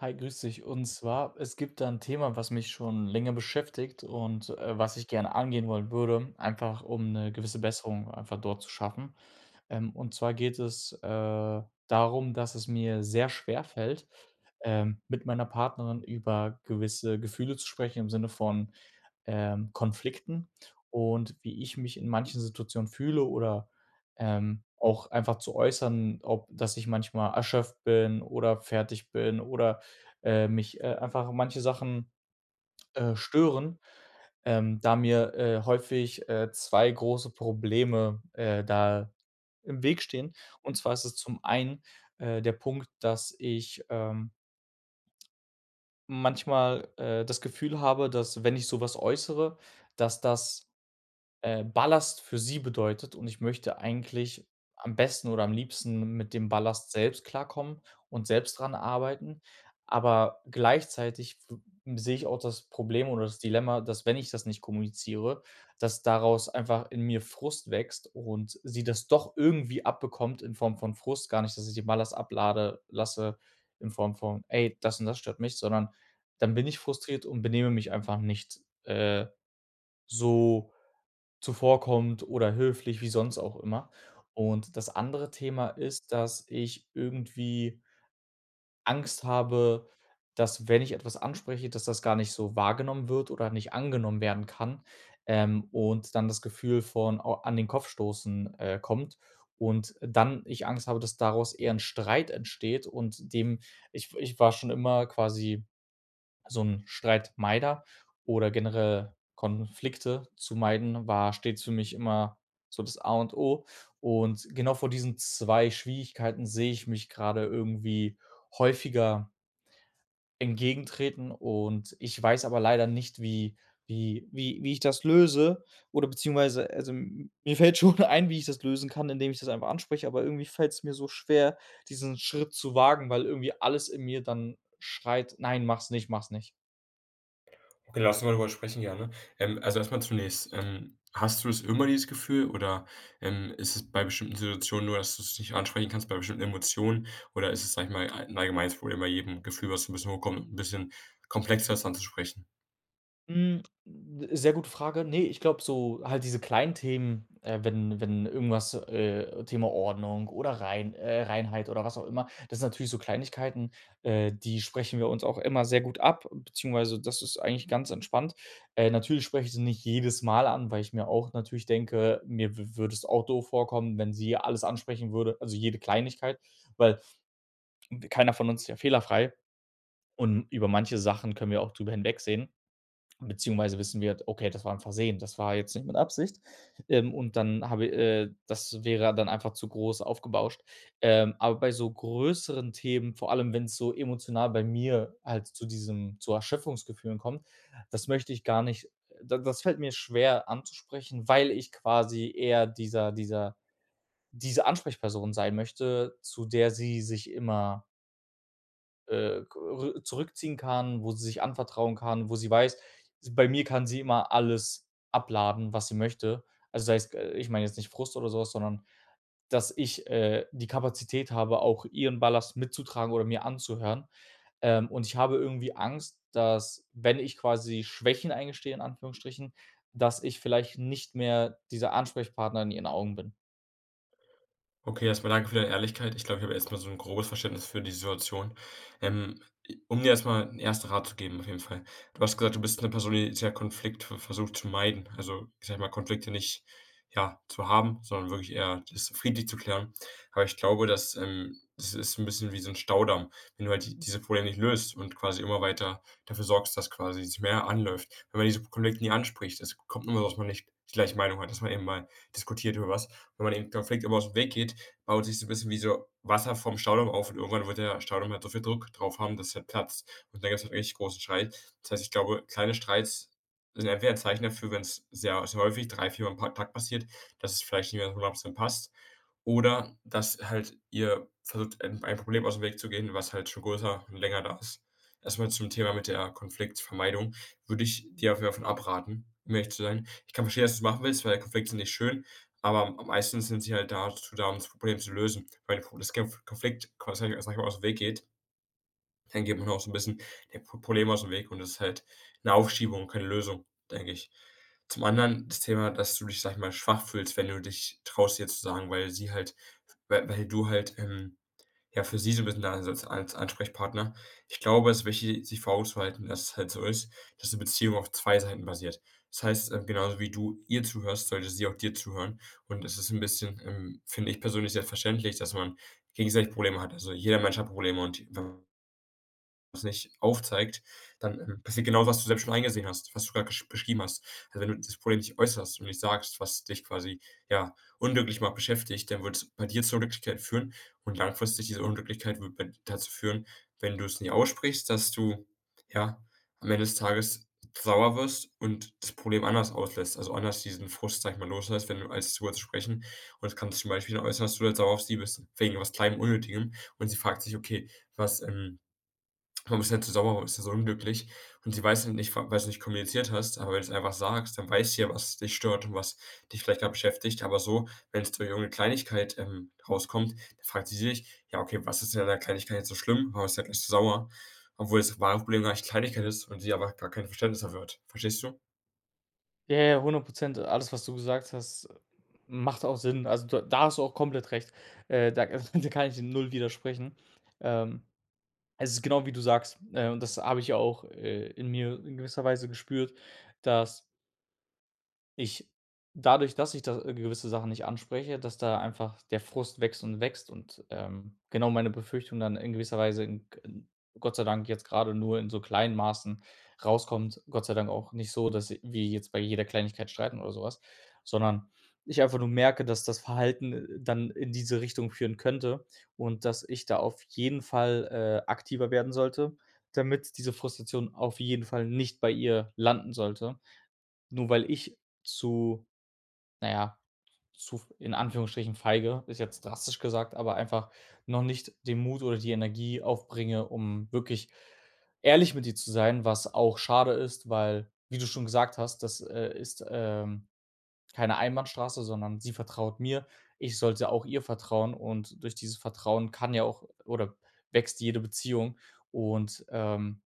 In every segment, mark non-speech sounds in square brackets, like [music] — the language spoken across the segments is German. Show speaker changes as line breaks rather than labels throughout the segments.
Hi, grüß dich. Und zwar, es gibt da 'n Thema, was mich schon länger beschäftigt und, was ich gerne angehen wollen würde, einfach um eine gewisse Besserung einfach dort zu schaffen. Und zwar geht es, darum, dass es mir sehr schwerfällt, mit meiner Partnerin über gewisse Gefühle zu sprechen im Sinne von, Konflikten und wie ich mich in manchen Situationen fühle oder, auch einfach zu äußern, ob dass ich manchmal erschöpft bin oder fertig bin oder mich, einfach manche Sachen, stören, da mir, häufig, zwei große Probleme, da im Weg stehen. Und zwar ist es zum einen, der Punkt, dass ich, manchmal, das Gefühl habe, dass, wenn ich sowas äußere, dass das Ballast für sie bedeutet und ich möchte eigentlich am besten oder am liebsten mit dem Ballast selbst klarkommen und selbst dran arbeiten. Aber gleichzeitig f sehe ich auch das Problem oder das Dilemma, dass, wenn ich das nicht kommuniziere, dass daraus einfach in mir Frust wächst und sie das doch irgendwie abbekommt in Form von Frust, gar nicht, dass ich den Ballast ablade lasse in Form von: „Ey, das und das stört mich“, sondern dann bin ich frustriert und benehme mich einfach nicht, so zuvorkommt oder höflich, wie sonst auch immer. Und das andere Thema ist, dass ich irgendwie Angst habe, dass wenn ich etwas anspreche, dass das gar nicht so wahrgenommen wird oder nicht angenommen werden kann, und dann das Gefühl von au an den Kopf stoßen, kommt und dann ich Angst habe, dass daraus eher ein Streit entsteht und dem ich war schon immer quasi so 'n Streitmeider oder generell Konflikte zu meiden, war stets für mich immer so das A und O. Und genau vor diesen 2 Schwierigkeiten sehe ich mich gerade irgendwie häufiger entgegentreten und ich weiß aber leider nicht, wie wie ich das löse oder beziehungsweise also, m mir fällt schon [laughs] ein, wie ich das lösen kann, indem ich das einfach anspreche, aber irgendwie fällt es mir so schwer, diesen Schritt zu wagen, weil irgendwie alles in mir dann schreit: „Nein, mach's nicht, mach's nicht.“
Okay, lass uns mal darüber sprechen gerne. Also erstmal zunächst, hast du das immer dieses Gefühl oder, ist es bei bestimmten Situationen nur, dass du es nicht ansprechen kannst, bei bestimmten Emotionen? Oder ist es, sage ich mal, ein allgemeines Problem bei jedem Gefühl, was so 'n bisschen hochkommt, ein bisschen komplexer ist anzusprechen?
Hm, d sehr gute Frage. Ne, ich glaube so halt diese kleinen Themen, wenn irgendwas, Thema Ordnung oder Reinheit oder was auch immer, das sind natürlich so Kleinigkeiten, die sprechen wir uns auch immer sehr gut ab, beziehungsweise das ist eigentlich ganz entspannt. Natürlich spreche ich sie nicht jedes Mal an, weil ich mir auch natürlich denke, mir wü würde es auch doof vorkommen, wenn sie alles ansprechen würde, also jede Kleinigkeit, weil keiner von uns ist ja fehlerfrei und über manche Sachen können wir auch drüber hinwegsehen. Beziehungsweise wissen wir, okay, das war ein Versehen, das war jetzt nicht mit Absicht. Und dann habe das wäre dann einfach zu groß aufgebauscht. Aber bei so größeren Themen, vor allem wenn es so emotional bei mir halt zu diesem zu Erschöpfungsgefühlen kommt, das möchte ich gar nicht da das fällt mir schwer anzusprechen, weil ich quasi eher diese Ansprechperson sein möchte, zu der sie sich immer r zurückziehen kann, wo sie sich anvertrauen kann, wo sie weiß, bei mir kann sie immer alles abladen, was sie möchte. Also, sei es g ich meine jetzt nicht Frust oder sowas, sondern dass ich, die Kapazität habe, auch ihren Ballast mitzutragen oder mir anzuhören. Und ich habe irgendwie Angst, dass, wenn ich quasi Schwächen eingestehe in Anführungsstrichen, dass ich vielleicht nicht mehr dieser Ansprechpartner in ihren Augen bin.
Okay, erstmal danke für deine Ehrlichkeit. Ich glaube, ich habe erstmal so ein grobes Verständnis für die Situation. Ähm, i um dir erstmal mal 'n Rat zu geben auf jeden Fall. Du hast gesagt, du bist eine Person, die sehr Konflikte versucht zu meiden. Also, ich sage mal, Konflikte nicht, ja, zu haben, sondern wirklich eher das friedlich zu klären. Aber ich glaube, dass, das ist ein bisschen wie so ein Staudamm. Wenn du halt diese Probleme nicht löst und quasi immer weiter dafür sorgst, dass quasi sich mehr anläuft. Wenn man diese Konflikte nie anspricht, es kommt immer, so, dass man nicht die gleiche Meinung hat, dass man eben mal diskutiert über was. Wenn man den Konflikt aber dem Weg geht, baut sich so ein bisschen wie so Wasser vom Staudamm auf und irgendwann wird der Staudamm halt so viel Druck drauf haben, dass er platzt. Und dann gab's halt richtig großen Streit. Das heißt, ich glaube, kleine Streits sind entweder ein Zeichen dafür, wenn's sehr sehr häufig 3, viermal am Pa Tag passiert, dass es vielleicht nicht mehr 100% passt oder dass halt ihr versucht, ein Problem aus dem Weg zu gehen, was halt schon größer und länger da ist. Erstmal zum Thema mit der Konfliktvermeidung würde ich dir auf jeden Fall von abraten, um ehrlich zu sein. Ich kann verstehen, dass du's machen willst, weil Konflikte sind nicht schön, aber am meisten sind sie halt dazu da, um das Problem zu lösen. Weil das Konflikt quasi, sage ich mal, aus dem Weg geht, dann geht man auch so ein bisschen dem P Problem aus dem Weg und das ist halt eine Aufschiebung, keine Lösung, denke ich. Zum anderen das Thema, dass du dich, sag ich mal, schwach fühlst, wenn du dich traust, ihr zu sagen, weil sie halt weil du halt, ja, für sie so ein bisschen da bist als Ansprechpartner. Ich glaube, es ist wichtig, sich vor Augen zu halten, dass es halt so ist, dass eine Beziehung auf 2 Seiten basiert. Das heißt, genauso wie du ihr zuhörst, sollte sie auch dir zuhören und es ist ein bisschen, finde ich persönlich, selbstverständlich, dass man gegenseitig Probleme hat. Also, jeder Mensch hat Probleme und wenn das nicht aufzeigt, dann, passiert genau, was du selbst schon eingesehen hast, was du gerade gesch beschrieben hast. Also, wenn du das Problem nicht äußerst und nicht sagst, was dich quasi, ja, unglücklich macht, beschäftigt, dann wird es bei dir zur Unglücklichkeit führen und langfristig diese Unglücklichkeit wird bei dazu führen, wenn du es nie aussprichst, dass du, ja, am Ende des Tages sauer wirst und das Problem anders auslässt, also anders diesen Frust, sage ich mal, loslässt, wenn du als zu sprechen und es kann zum Beispiel äußern, dass du halt sauer auf sie bist, wegen was kleinem Unnötigem und sie fragt sich: „Okay, was, man ist nicht so sauer? Man ist ja so unglücklich? Und sie weiß halt nicht, wa weil's nicht kommuniziert hast, aber wenn du es einfach sagst, dann weiß sie ja, was dich stört und was dich vielleicht grad beschäftigt. Aber so, wenn es durch irgendeine Kleinigkeit, rauskommt, dann fragt sie sich: „Ja, okay, was ist denn an der Kleinigkeit jetzt so schlimm? Warum ist er gleich so sauer?“ Obwohl das wahre Problem gar nicht Kleinigkeit ist und sie aber gar kein Verständnis dafür hat. Verstehst du?
Ja, ja, hundert Prozent. Alles, was du gesagt hast, macht auch Sinn. Also, da hast du auch komplett recht. Da [laughs] da kann ich null widersprechen. Ähm, Es ist genau wie du sagst, und das habe ich auch, in mir in gewisser Weise gespürt, dass ich dadurch, dass ich da gewisse Sachen nicht anspreche, dass da einfach der Frust wächst und wächst und, genau meine Befürchtung dann in gewisser Weise in g Gott sei Dank jetzt gerade nur in so kleinen Maßen rauskommt. Gott sei Dank auch nicht so, dass wir jetzt bei jeder Kleinigkeit streiten oder sowas, sondern ich einfach nur merke, dass das Verhalten, dann in diese Richtung führen könnte und dass ich da auf jeden Fall, aktiver werden sollte, damit diese Frustration auf jeden Fall nicht bei ihr landen sollte. Nur weil ich zu naja, zu in Anführungsstrichen feige, ist jetzt drastisch gesagt, aber einfach noch nicht den Mut oder die Energie aufbringe, um wirklich ehrlich mit dir zu sein, was auch schade ist, weil, wie du schon gesagt hast, das, ist, keine Einbahnstraße, sondern sie vertraut mir. Ich sollte auch ihr vertrauen und durch dieses Vertrauen kann ja auch oder wächst jede Beziehung und,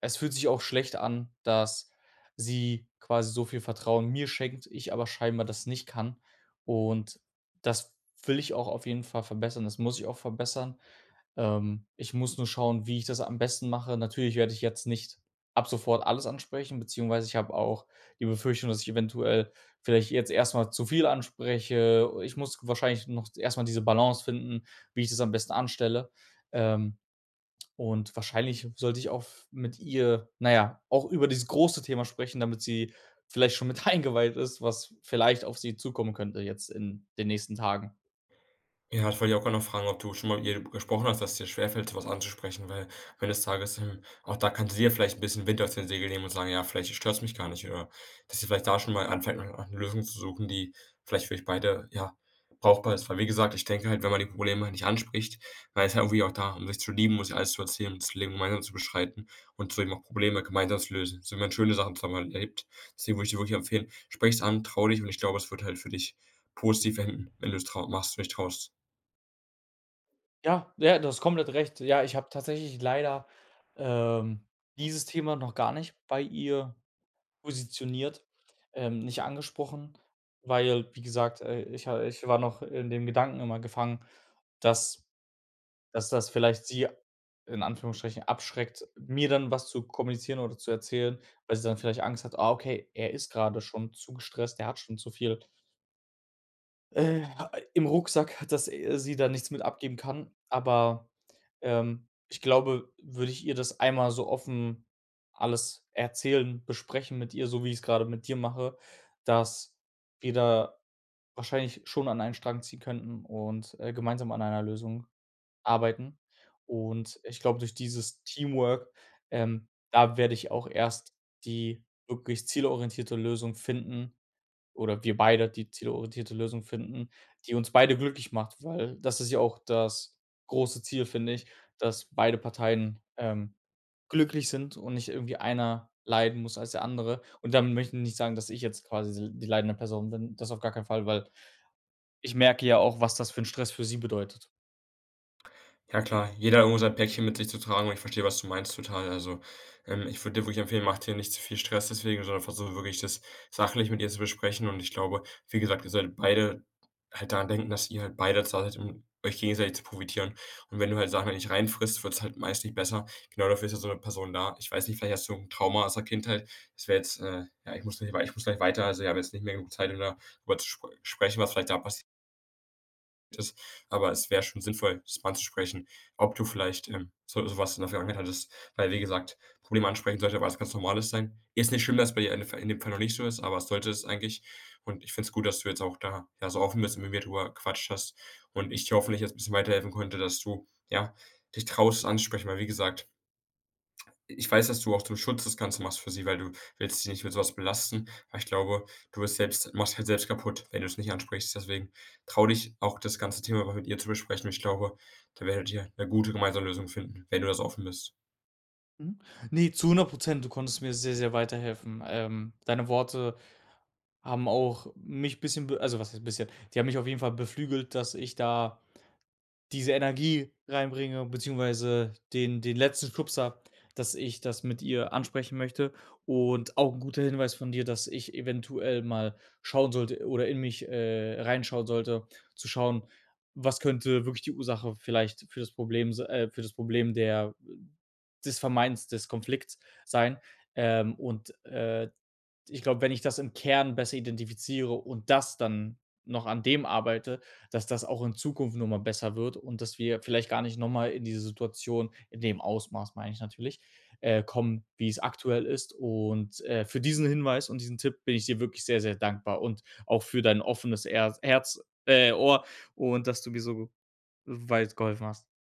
es fühlt sich auch schlecht an, dass sie quasi so viel Vertrauen mir schenkt, ich aber scheinbar das nicht kann. Und das will ich auch auf jeden Fall verbessern. Das muss ich auch verbessern. Ich muss nur schauen, wie ich das am besten mache. Natürlich werde ich jetzt nicht ab sofort alles ansprechen, beziehungsweise ich habe auch die Befürchtung, dass ich eventuell vielleicht jetzt erst mal zu viel anspreche. Ich muss wahrscheinlich noch erst mal diese Balance finden, wie ich das am besten anstelle. Ähm, und wahrscheinlich sollte ich auch mit ihr, na ja, auch über dieses große Thema sprechen, damit sie vielleicht schon mit [laughs] eingeweiht ist, was vielleicht auf sie zukommen könnte jetzt in den nächsten Tagen.
Ja, ich wollte dich auch grad noch fragen, ob du schon mal mit ihr gesprochen hast, dass es dir schwerfällt, sowas anzusprechen, weil am Ende des Tages, auch da kannst du dir vielleicht ein bisschen Wind aus den Segeln nehmen und sagen: „Ja, vielleicht stört es mich gar nicht.“ Oder dass ihr vielleicht da schon mal anfängt, nach 'ner Lösung zu suchen, die vielleicht für euch beide, ja, brauchbar ist. Weil wie gesagt, ich denke halt, wenn man die Probleme halt nicht anspricht, man ist ja irgendwie auch da, um sich zu lieben muss sich alles zu erzählen und das Leben gemeinsam zu beschreiten und so eben auch Probleme gemeinsam zu lösen. So wie man schöne Sachen zusammen halt erlebt. Deswegen würde ich dir wirklich empfehlen, sprich es an, trau dich und ich glaube, es wird halt für dich positiv enden, wenn du's trau machst und dich traust.
Ja, ja, du hast komplett recht. Ja, ich habe tatsächlich leider, ähm, dieses Thema noch gar nicht bei ihr positioniert, nicht angesprochen, weil, wie gesagt, ich war noch in dem Gedanken immer gefangen, dass das vielleicht sie in Anführungsstrichen abschreckt, mir dann was zu kommunizieren oder zu erzählen, weil sie dann vielleicht Angst hat: „Ah, okay, er ist gerade schon zu gestresst, der hat schon zu viel, äh, im Rucksack, dass, sie da nichts mit abgeben kann.“ Aber, ich glaube, würde ich ihr das einmal so offen alles erzählen, besprechen mit ihr, so wie ich es gerade mit dir mache, dass wir da wahrscheinlich schon an einen Strang ziehen könnten und, gemeinsam an einer Lösung arbeiten. Und ich glaube, durch dieses Teamwork, da werde ich auch erst die wirklich zielorientierte Lösung finden oder wir beide die zielorientierte Lösung finden, die uns beide glücklich macht, weil das ist ja auch das große Ziel, finde ich, dass beide Parteien, glücklich sind und nicht irgendwie einer leiden muss als der andere. Und damit möchte ich nicht sagen, dass ich jetzt quasi die leidende Person bin. Das auf gar keinen Fall, weil ich merke ja auch, was das für ein Stress für sie bedeutet.
Ja klar, jeder hat irgendwo sein Päckchen mit sich zu tragen und ich verstehe, was du meinst total. Also, ich würde dir wirklich empfehlen, mach dir nicht zu viel Stress deswegen, sondern versuche wirklich, das sachlich mit ihr zu besprechen. Und ich glaube, wie gesagt, ihr solltet beide halt daran denken, dass ihr halt beide da seid, um euch gegenseitig zu profitieren. Und wenn du halt Sachen halt nicht reinfrisst, wird es halt meist nicht besser. Genau dafür ist ja so eine Person da. Ich weiß nicht, vielleicht hast du ein Trauma aus der Kindheit. Das wäre jetzt, ja, ich muss gleich weiter, also, wir haben jetzt nicht mehr genug Zeit, um darüber zu sprechen, was vielleicht da passiert ist. Aber es wäre schon sinnvoll, das mal anzusprechen, ob du vielleicht, so so was in der Vergangenheit hattest. Weil, wie gesagt, Probleme ansprechen sollte was ganz Normales sein. Ist nicht schlimm, dass bei dir in dem Fall noch nicht so ist, aber es sollte es eigentlich. Und ich finde es gut, dass du jetzt auch da, ja, so offen bist und mit mir drüber gequatscht hast und ich dir hoffentlich jetzt ein bisschen weiterhelfen konnte, dass du, ja, dich traust, es anzusprechen. Weil, wie gesagt, ich weiß, dass du auch zum Schutz das Ganze machst für sie, weil du willst sie nicht mit sowas belasten. Aber ich glaube, du wirst selbst machst halt selbst kaputt, wenn du es nicht ansprichst. Deswegen trau dich, auch das ganze Thema mal mit ihr zu besprechen. Ich glaube, da werdet ihr eine gute gemeinsame Lösung finden, wenn du das offen bist.
Mhm. Ne, zu hundert Prozent. Du konntest mir sehr, sehr weiterhelfen. Deine Worte haben auch mich bisschen be also was heißt bisschen, die haben mich auf jeden Fall beflügelt, dass ich da diese Energie reinbringe, beziehungsweise den letzten Stupser, dass ich das mit ihr ansprechen möchte. Und auch ein guter Hinweis von dir, dass ich eventuell mal schauen sollte oder in mich, reinschauen sollte, zu schauen, was könnte wirklich die Ursache vielleicht für das Problem se für das Problem der des Vermeidens des Konflikts sein. Und, ich glaube, wenn ich das im Kern besser identifiziere und das dann noch an dem arbeite, dass das auch in Zukunft noch mal besser wird und dass wir vielleicht gar nicht noch mal in diese Situation in dem Ausmaß meine ich natürlich, kommen, wie es aktuell ist. Und, für diesen Hinweis und diesen Tipp bin ich dir wirklich sehr, sehr dankbar und auch für dein offenes Erz Herz Ohr und dass du mir so weit geholfen hast.